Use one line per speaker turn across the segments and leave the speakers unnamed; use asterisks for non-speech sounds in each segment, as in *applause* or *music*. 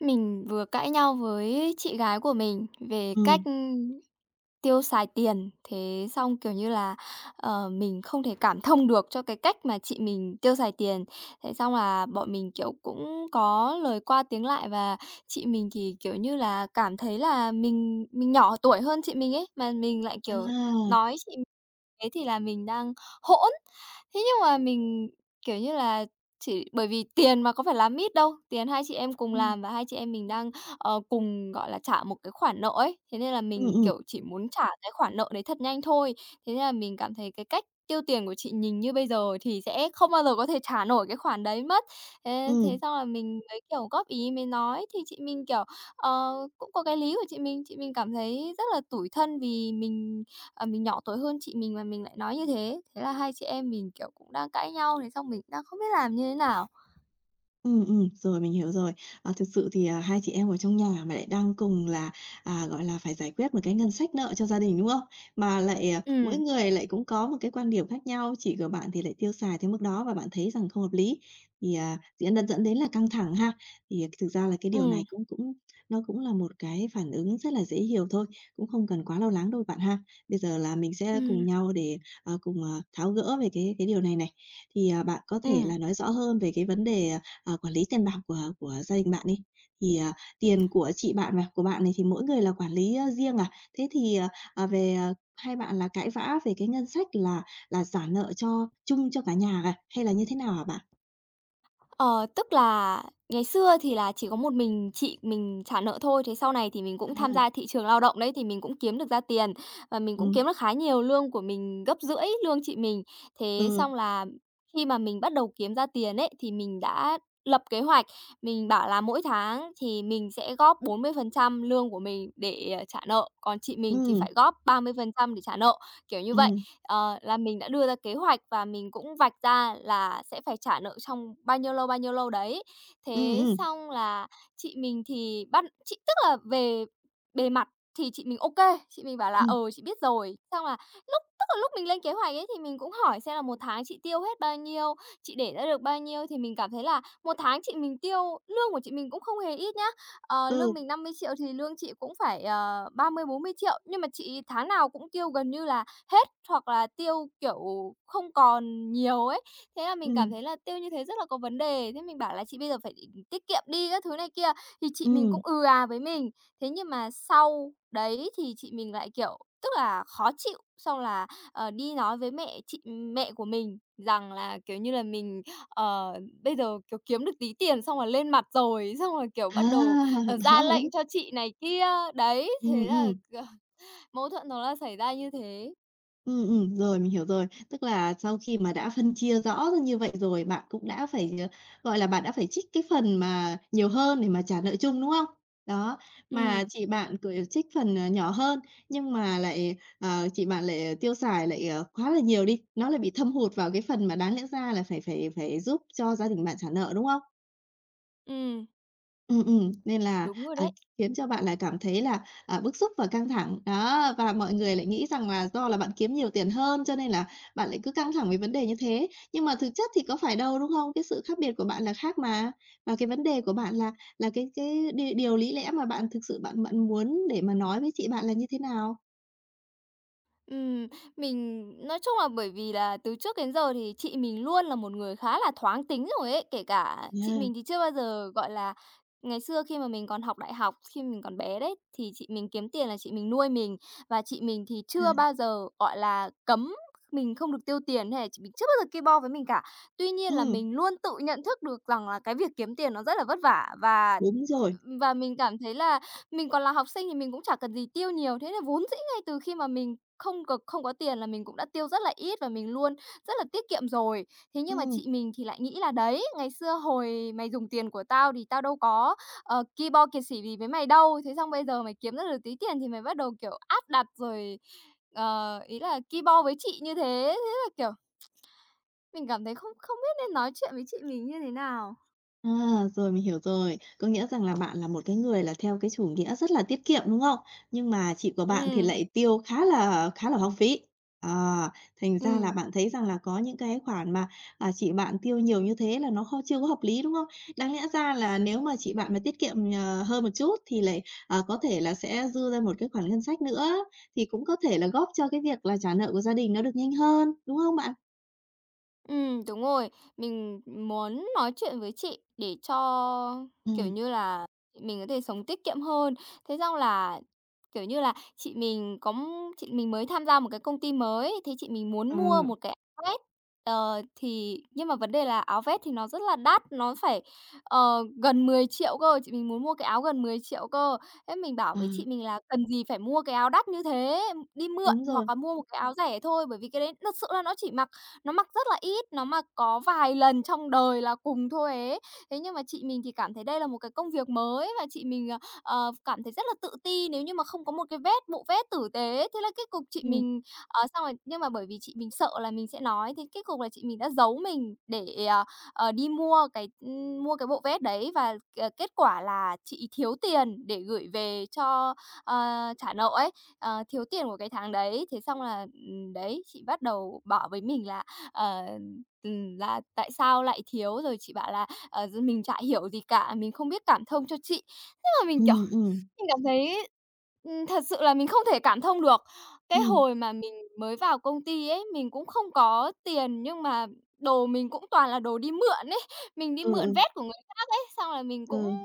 Mình vừa cãi nhau với chị gái của mình về cách,
Ừm,
tiêu xài tiền, thế xong, kiểu như là, mình không thể cảm thông được cho cái cách mà chị mình tiêu xài tiền. Thế xong là bọn mình, kiểu, cũng có lời qua tiếng lại và chị mình thì, kiểu như là, cảm thấy là mình nhỏ tuổi hơn chị mình ấy, mà mình lại, kiểu,
à,
nói chị. Thế thì là mình đang hỗn. Thế nhưng mà mình, kiểu như là, chỉ bởi vì tiền mà có phải làm mít đâu, tiền hai chị em cùng
ừm,
làm và hai chị em mình đang, cùng, gọi là, trả một cái khoản nợ ấy, thế nên là
ừm,
mình,
ừm,
kiểu, chỉ muốn trả cái khoản nợ đấy thật nhanh thôi. Thế nên là mình cảm thấy cái cách tiêu tiền của chị nhìn như bây giờ thì sẽ không bao giờ có thể trả nổi cái khoản đấy mất. Thế thế
ừm.
xong là mình mới, kiểu, góp ý mới nói thì chị mình, kiểu, cũng có cái lý của chị mình cảm thấy rất là tủi thân vì mình. Ờ, mình nhỏ tuổi hơn chị mình mà mình lại nói như thế, thế là hai chị em mình, kiểu, cũng đang cãi nhau, thế xong mình đang không biết làm như thế nào.
Ừ, rồi, mình hiểu rồi. Thực sự thì, hai chị em ở trong nhà mà lại đang cùng là, gọi là, phải giải quyết một cái ngân sách nợ cho gia đình, đúng không? Mà lại, mỗi
Ừ,
người lại cũng có một cái quan điểm khác nhau, chị của bạn thì lại tiêu xài tới mức đó và bạn thấy rằng không hợp lý, thì, diễn đ dẫn đến là căng thẳng ha. Thì thực ra là cái điều
ừ,
này cũng cũng nó cũng là một cái phản ứng rất là dễ hiểu thôi, cũng không cần quá lo lắng đâu bạn ha. Bây giờ là mình sẽ cùng
ừ,
nhau để, cùng, tháo gỡ về cái điều này này. Thì, bạn có thể
ừ.
là nói rõ hơn về cái vấn đề quản lý tiền bạc của gia đình bạn đi, thì, tiền của chị bạn và của bạn này thì mỗi người là quản lý, riêng à? Thế thì, về, hai bạn là cãi vã về cái ngân sách là trả nợ cho chung cho cả nhà à, hay là như thế nào hả bạn?
Ờ, tức là ngày xưa thì là chỉ có một mình chị mình trả nợ thôi, thế sau này thì mình cũng tham gia
À,
thị trường lao động đấy, thì mình cũng kiếm được ra tiền và mình
ừ
cũng kiếm được khá nhiều, lương của mình gấp rưỡi lương chị mình. Thế
ừ,
xong là khi mà mình bắt đầu kiếm ra tiền ấy, thì mình đã lập kế hoạch, mình bảo là mỗi tháng thì mình sẽ góp 40% lương của mình để, trả nợ, còn chị mình thì
ừ
phải góp 30% để trả nợ, kiểu như vậy.
ừ
Ờ, là mình đã đưa ra kế hoạch và mình cũng vạch ra là sẽ phải trả nợ trong bao nhiêu lâu đấy.
ừ
Thế
ừ
xong là chị mình thì bắt chị, tức là về bề mặt thì chị mình ok, chị mình bảo là
ừ
"Ờ, chị biết rồi." Xong là lúc, tức là lúc mình lên kế hoạch ấy, thì mình cũng hỏi xem là một tháng chị tiêu hết bao nhiêu, chị để ra được bao nhiêu, thì mình cảm thấy là một tháng chị mình tiêu lương của chị mình cũng không hề ít nhá. Ờ,
ừ,
lương mình 50 triệu thì lương chị cũng phải, 30.000.000 40.000, nhưng mà chị tháng nào cũng tiêu gần như là hết hoặc là tiêu, kiểu, không còn nhiều ấy. Thế là mình cảm
ừ
thấy là tiêu như thế rất là có vấn đề, thế mình bảo là "Chị bây giờ phải tiết kiệm đi" các thứ này kia, thì chị mình
ừ
cũng "ừ à" với mình. Thế nhưng mà sau đấy thì chị mình lại, kiểu, tức là khó chịu, xong là, đi nói với mẹ chị, mẹ của mình, rằng là, kiểu như là, mình, ờ, bây giờ, kiểu, kiếm được tí tiền xong là lên mặt rồi, xong rồi, kiểu,
À,
bắt đầu, ra
*laughs*
lệnh cho chị này kia. Đấy,
ừ ừ
thế là,
ừm.
*laughs* mâu thuẫn nó là xảy ra như thế.
Ừ rồi, mình hiểu rồi. Tức là sau khi mà đã phân chia rõ ra như vậy rồi, bạn cũng đã phải, gọi là, bạn đã phải trích cái phần mà nhiều hơn để mà trả nợ chung, đúng không? Đó, mà
Ừ.
chị bạn, cứ trích phần, nhỏ hơn, nhưng mà lại, chị bạn lại tiêu xài lại, quá là nhiều đi, nó lại bị thâm hụt vào cái phần mà đáng lẽ ra là phải phải phải giúp cho gia đình bạn trả nợ, đúng không?
Ừm,
Nên là,
đúng rồi đấy.
khiến cho bạn lại cảm thấy là, bức xúc và căng thẳng. Đó, và mọi người lại nghĩ rằng là do là bạn kiếm nhiều tiền hơn cho nên là bạn lại cứ căng thẳng về vấn đề như thế. Nhưng mà thực chất thì có phải đâu, đúng không? Cái sự khác biệt của bạn là khác mà. Và cái vấn đề của bạn là cái đi điều lý lẽ mà bạn thực sự bạn bạn muốn để mà nói với chị bạn là như thế nào?
Ừm, mình nói chung là bởi vì là từ trước đến giờ thì chị mình luôn là một người khá là thoáng tính rồi ấy, kể cả chị
À,
mình thì chưa bao giờ, gọi là, ngày xưa khi mà mình còn học đại học, khi mình còn bé đấy, thì chị mình kiếm tiền là chị mình nuôi mình, và chị mình thì
À.
chưa bao giờ, gọi là, cấm mình không được tiêu tiền hay là chị mình chưa bao giờ ki bo với mình cả. Tuy nhiên là
ừm,
mình luôn tự nhận thức được rằng là cái việc kiếm tiền nó rất là vất vả,
đúng rồi,
và mình cảm thấy là mình còn là học sinh thì mình cũng chả cần gì tiêu nhiều, thế là vốn dĩ ngay từ khi mà mình không không có tiền là mình cũng đã tiêu rất là ít và mình luôn rất là tiết kiệm rồi. Thế nhưng mà
ừm.
chị mình thì lại nghĩ là "Đấy, ngày xưa hồi mày dùng tiền của tao thì tao đâu có, ki bo kiệt sỉ gì với mày đâu, thế xong bây giờ mày kiếm ra được tí tiền thì mày bắt đầu, kiểu, áp đặt rồi, ý là ki bo với chị như thế." Thế là, kiểu, mình cảm thấy không không biết nên nói chuyện với chị mình như thế nào.
À, rồi mình hiểu rồi. Có nghĩa rằng là bạn là một cái người là theo cái chủ nghĩa rất là tiết kiệm, đúng không? Nhưng mà chị của bạn thì
Ừm,
lại tiêu khá là hoang phí. À, thành ra là
ừm.
bạn thấy rằng là có những cái khoản mà, chị bạn tiêu nhiều như thế là nó không chưa có hợp lý, đúng không? Đáng lẽ ra là nếu mà chị bạn mà tiết kiệm, hơn một chút thì lại, có thể là sẽ dư ra một cái khoản ngân sách nữa, thì cũng có thể là góp cho cái việc là trả nợ của gia đình nó được nhanh hơn, đúng không bạn?
Đúng rồi. Mình muốn nói chuyện với chị để cho, kiểu
Ừm.
như là, mình có thể sống tiết kiệm hơn. Thế xong là, kiểu như là, chị mình có chị mình mới tham gia một cái công ty mới, thế chị mình muốn mua
Ừm.
một cái áo vest. Ờ, thì nhưng mà vấn đề là áo vest thì nó rất là đắt, nó phải, gần 10 triệu cơ, chị mình muốn mua cái áo gần 10 triệu cơ. Thế mình bảo
À,
với chị mình là "Cần gì phải mua cái áo đắt như thế, đi mượn
đúng
hoặc
rồi.
là mua một cái áo rẻ thôi." Bởi vì cái đấy thật sự là nó chỉ mặc, nó mặc rất là ít, nó mặc có vài lần trong đời là cùng thôi ấy. Thế nhưng mà chị mình thì cảm thấy đây là một cái công việc mới và chị mình, cảm thấy rất là tự ti nếu như mà không có một cái vết bộ vest tử tế. Thế là kết cục chị
Ừm,
mình xong rồi, nhưng mà bởi vì chị mình sợ là mình sẽ nói, thế kết cục là chị mình đã giấu mình để, đi mua cái bộ vest đấy, và, kết quả là chị thiếu tiền để gửi về cho, ờ, trả nợ ấy, thiếu tiền của cái tháng đấy. Thế xong là, đấy, chị bắt đầu bảo với mình là, ờ, là "Tại sao lại thiếu?" Rồi chị bảo là "Ờ, mình chả hiểu gì cả, mình không biết cảm thông cho chị." Thế mà mình, kiểu,
ừm, ừm,
mình cảm thấy, thật sự là mình không thể cảm thông được. Cái
ừm.
hồi mà mình mới vào công ty ấy, mình cũng không có tiền, nhưng mà đồ mình cũng toàn là đồ đi mượn ấy, mình đi
Ừ,
mượn
ừ,
vét của người khác ấy, xong là mình cũng
ừ,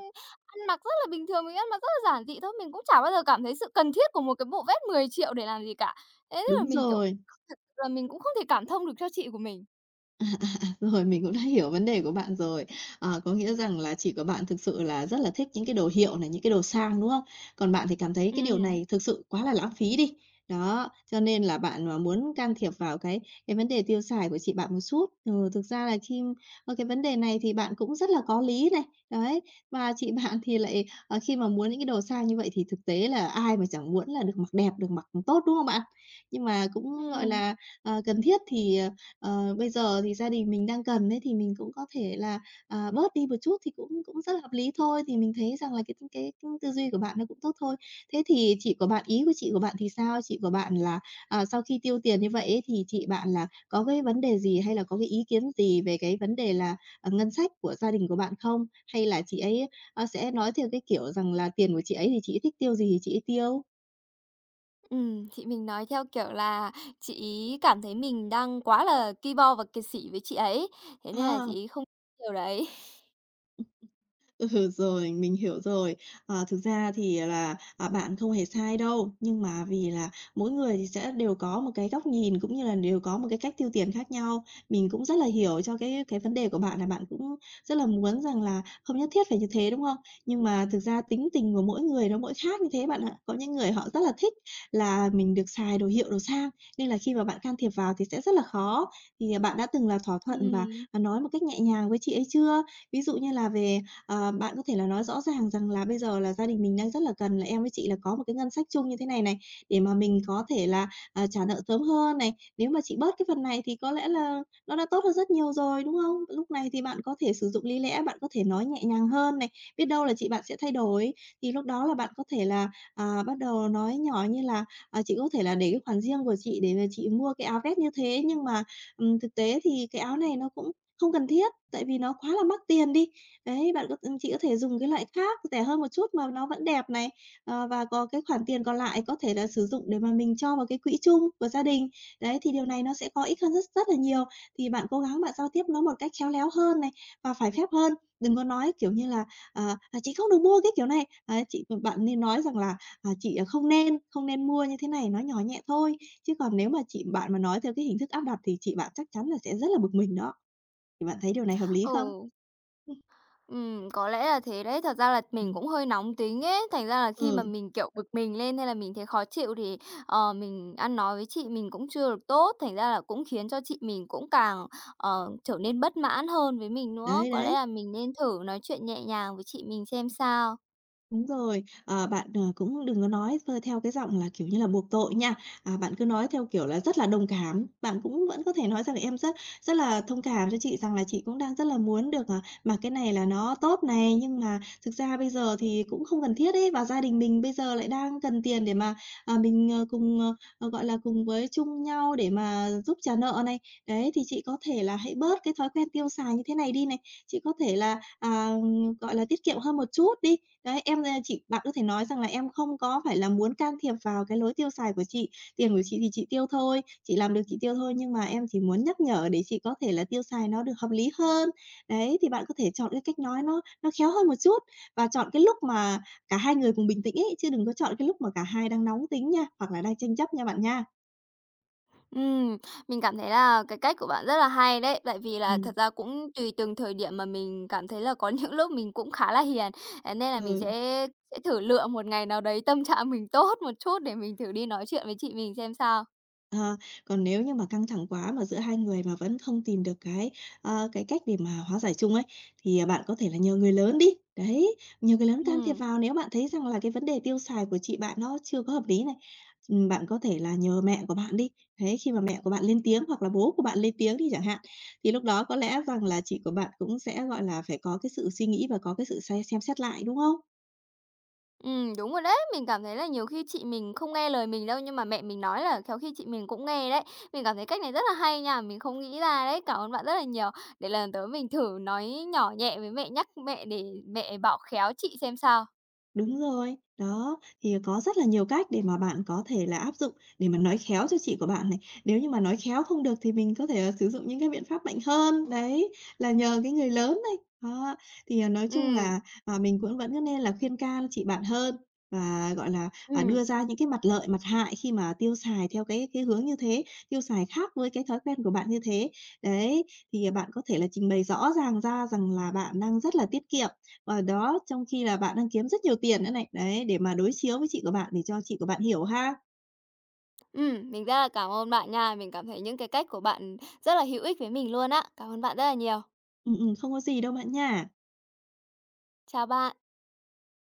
ăn mặc rất là bình thường, mình ăn mặc rất là giản dị thôi, mình cũng chả bao giờ cảm thấy sự cần thiết của một cái bộ vét 10 triệu để làm gì cả. Thế là
đúng
mình, kiểu,
rồi.
thật sự là mình cũng không thể cảm thông được cho chị của mình.
*laughs* Rồi, mình cũng đã hiểu vấn đề của bạn rồi. Có nghĩa rằng là chỉ có bạn thực sự là rất là thích những cái đồ hiệu này, những cái đồ sang, đúng không? Còn bạn thì cảm thấy cái điều
Ừm,
này thực sự quá là lãng phí đi. Đó, cho nên là bạn mà muốn can thiệp vào cái vấn đề tiêu xài của chị bạn một chút. Ừ, thực ra là cái vấn đề này thì bạn cũng rất là có lý này, đấy. Và chị *laughs* bạn thì lại, khi mà muốn những cái đồ sang như vậy thì thực tế là ai mà chẳng muốn là được mặc đẹp, được mặc tốt, đúng không bạn? Nhưng mà cũng, gọi
ừm.
là, cần thiết thì, Ờ, bây giờ thì gia đình mình đang cần ấy, thì mình cũng có thể là, bớt đi một chút thì cũng cũng rất là hợp lý thôi, thì mình thấy rằng là cái tư duy của bạn nó cũng tốt thôi. Thế thì chị của bạn ý của chị của bạn thì sao? Chị của bạn là, sau khi tiêu tiền như vậy ấy, thì chị bạn là có cái vấn đề gì hay là có cái ý kiến gì về cái vấn đề là, ngân sách của gia đình của bạn không? Hay là chị ấy, sẽ nói theo cái kiểu rằng là tiền của chị ấy thì chị ấy thích tiêu gì thì chị ấy tiêu?
Ừm, chị mình nói theo kiểu là chị ấy cảm thấy mình đang quá là ki bo và kiệt sĩ với chị ấy, thế nên là chị
À.
ấy không điều đấy.
Ừ, rồi, mình hiểu rồi. Thực ra thì là, bạn không hề sai đâu, nhưng mà vì là mỗi người thì sẽ đều có một cái góc nhìn, cũng như là đều có một cái cách tiêu tiền khác nhau. Mình cũng rất là hiểu cho cái vấn đề của bạn là bạn cũng rất là muốn rằng là không nhất thiết phải như thế, đúng không? Nhưng mà thực ra tính tình của mỗi người nó mỗi khác như thế bạn ạ. Có những người họ rất là thích là mình được xài đồ hiệu, đồ sang, nên là khi mà bạn can thiệp vào thì sẽ rất là khó. Thì, bạn đã từng là thỏa
*laughs*
thuận và,
Ừm.
nói một cách nhẹ nhàng với chị ấy chưa? Ví dụ như là về Ờ, bạn có thể là nói rõ ràng rằng là bây giờ là gia đình mình đang rất là cần là em với chị là có một cái ngân sách chung như thế này này, để mà mình có thể là, trả nợ sớm hơn này. Nếu mà chị bớt cái phần này thì có lẽ là nó đã tốt hơn rất nhiều rồi, đúng không? Lúc này thì bạn có thể sử dụng lý lẽ, bạn có thể nói nhẹ nhàng hơn này, biết đâu là chị bạn sẽ thay đổi. Thì lúc đó là bạn có thể là, bắt đầu nói nhỏ như là, "Chị có thể là để cái khoản riêng của chị để mà chị mua cái áo vest như thế, nhưng mà, thực tế thì cái áo này nó cũng không cần thiết, tại vì nó quá là mắc tiền đi. Đấy, bạn có chị có thể dùng cái loại khác rẻ hơn một chút mà nó vẫn đẹp này, và có cái khoản tiền còn lại có thể là sử dụng để mà mình cho vào cái quỹ chung của gia đình. Đấy, thì điều này nó sẽ có ích hơn rất rất là nhiều. Thì bạn cố gắng bạn giao tiếp nó một cách khéo léo hơn này và phải phép hơn, đừng có nói, kiểu như là, "À, chị không được mua cái kiểu này." Đấy, chị bạn nên nói rằng là, "Chị, không nên mua như thế này." Nói nhỏ nhẹ thôi, chứ còn nếu mà chị bạn mà nói theo cái hình thức áp đặt thì chị bạn chắc chắn là sẽ rất là bực mình đó. Thì bạn thấy điều này hợp lý không?
Ừ.
Ừm,
Ừm, có lẽ là thế đấy. Thật ra là mình cũng hơi nóng tính ấy, thành ra là khi mà
Ừ.
mình, kiểu, bực mình lên hay là mình thấy khó chịu thì, mình ăn nói với chị mình cũng chưa được tốt, thành ra là cũng khiến cho chị mình cũng càng, trở nên bất mãn hơn với mình nữa.
Đấy,
Có lẽ
đấy.
là mình nên thử nói chuyện nhẹ nhàng với chị mình xem sao.
Đúng rồi, bạn, cũng đừng có nói theo cái giọng là, kiểu như là, buộc tội nha. Bạn cứ nói theo kiểu là rất là đồng cảm, bạn cũng vẫn có thể nói rằng là "Em rất rất là thông cảm cho chị rằng là chị cũng đang rất là muốn được, mặc cái này là nó tốt này, nhưng mà thực ra bây giờ thì cũng không cần thiết ấy, và gia đình mình bây giờ lại đang cần tiền để mà, mình, cùng, gọi là, cùng với chung nhau để mà giúp trả nợ này. Đấy, thì chị có thể là hãy bớt cái thói quen tiêu xài như thế này đi này, chị có thể là, gọi là, tiết kiệm hơn một chút đi, Đấy, chị bạn có thể nói rằng là em không có phải là muốn can thiệp vào cái lối tiêu xài của chị, tiền của chị thì chị tiêu thôi, chị làm được chị tiêu thôi, nhưng mà em chỉ muốn nhắc nhở để chị có thể là tiêu xài nó được hợp lý hơn. Đấy, thì bạn có thể chọn cái cách nói nó khéo hơn một chút và chọn cái lúc mà cả hai người cùng bình tĩnh ấy, chứ đừng có chọn cái lúc mà cả hai đang nóng tính nha, hoặc là đang tranh chấp nha bạn nha.
Ừm, mình cảm thấy là cái cách của bạn rất là hay đấy, tại vì là
Ừm,
thật ra cũng tùy từng thời điểm mà mình cảm thấy là có *laughs* những lúc mình cũng khá là hiền, thế nên là mình
ừ.
sẽ thử lựa một ngày nào đấy tâm trạng mình tốt một chút để mình thử đi nói chuyện với chị mình xem sao.
Ờ, còn nếu như mà căng thẳng quá mà giữa hai người mà vẫn không tìm được cái, cái cách để mà hóa giải chung ấy, thì, bạn có thể là nhờ người lớn đi. Đấy, nhờ người lớn can thiệp
Ừm,
vào nếu bạn thấy rằng là cái vấn đề tiêu xài của chị bạn nó chưa có hợp lý này. Bạn có thể là nhờ mẹ của bạn đi. Đấy, khi mà mẹ của bạn lên tiếng hoặc là bố của bạn lên tiếng đi chẳng hạn, thì lúc đó có lẽ rằng là chị của bạn cũng sẽ, gọi là, phải có cái sự suy nghĩ và có cái sự xem xét lại, đúng không?
đúng rồi đấy, mình cảm thấy là nhiều khi chị mình không nghe lời mình đâu, nhưng mà mẹ mình nói là khéo khi chị mình cũng nghe đấy. Mình cảm thấy cách này rất là hay nha, mình không nghĩ ra đấy, cảm ơn bạn rất là nhiều. Để lần tới mình thử nói nhỏ nhẹ với mẹ, nhắc mẹ để mẹ bảo khéo chị xem sao.
Đúng rồi, đó, thì có rất là nhiều cách để mà bạn có thể là áp dụng để mà nói khéo cho chị của bạn này. Nếu như mà nói khéo không được thì mình có thể là sử dụng những cái biện pháp mạnh hơn, đấy, là nhờ cái người lớn này. Đó, thì, nói chung
Ừm.
là, mình cũng vẫn nên là khuyên can chị bạn hơn và, gọi là,
Ừm,
đưa ra những cái mặt lợi, mặt hại khi mà tiêu xài theo cái hướng như thế, tiêu xài khác với cái thói quen của bạn như thế. Đấy, thì, bạn có thể là trình bày rõ ràng ra rằng là bạn đang rất là tiết kiệm Ờ, đó, trong khi là bạn đang kiếm rất nhiều tiền nữa này. Đấy, để mà đối chiếu với chị của bạn để cho chị của bạn hiểu ha.
mình rất là cảm ơn bạn nha. Mình cảm thấy những cái cách của bạn rất là hữu ích với mình luôn á. Cảm ơn bạn rất là nhiều.
Không có gì đâu bạn nha.
Chào bạn.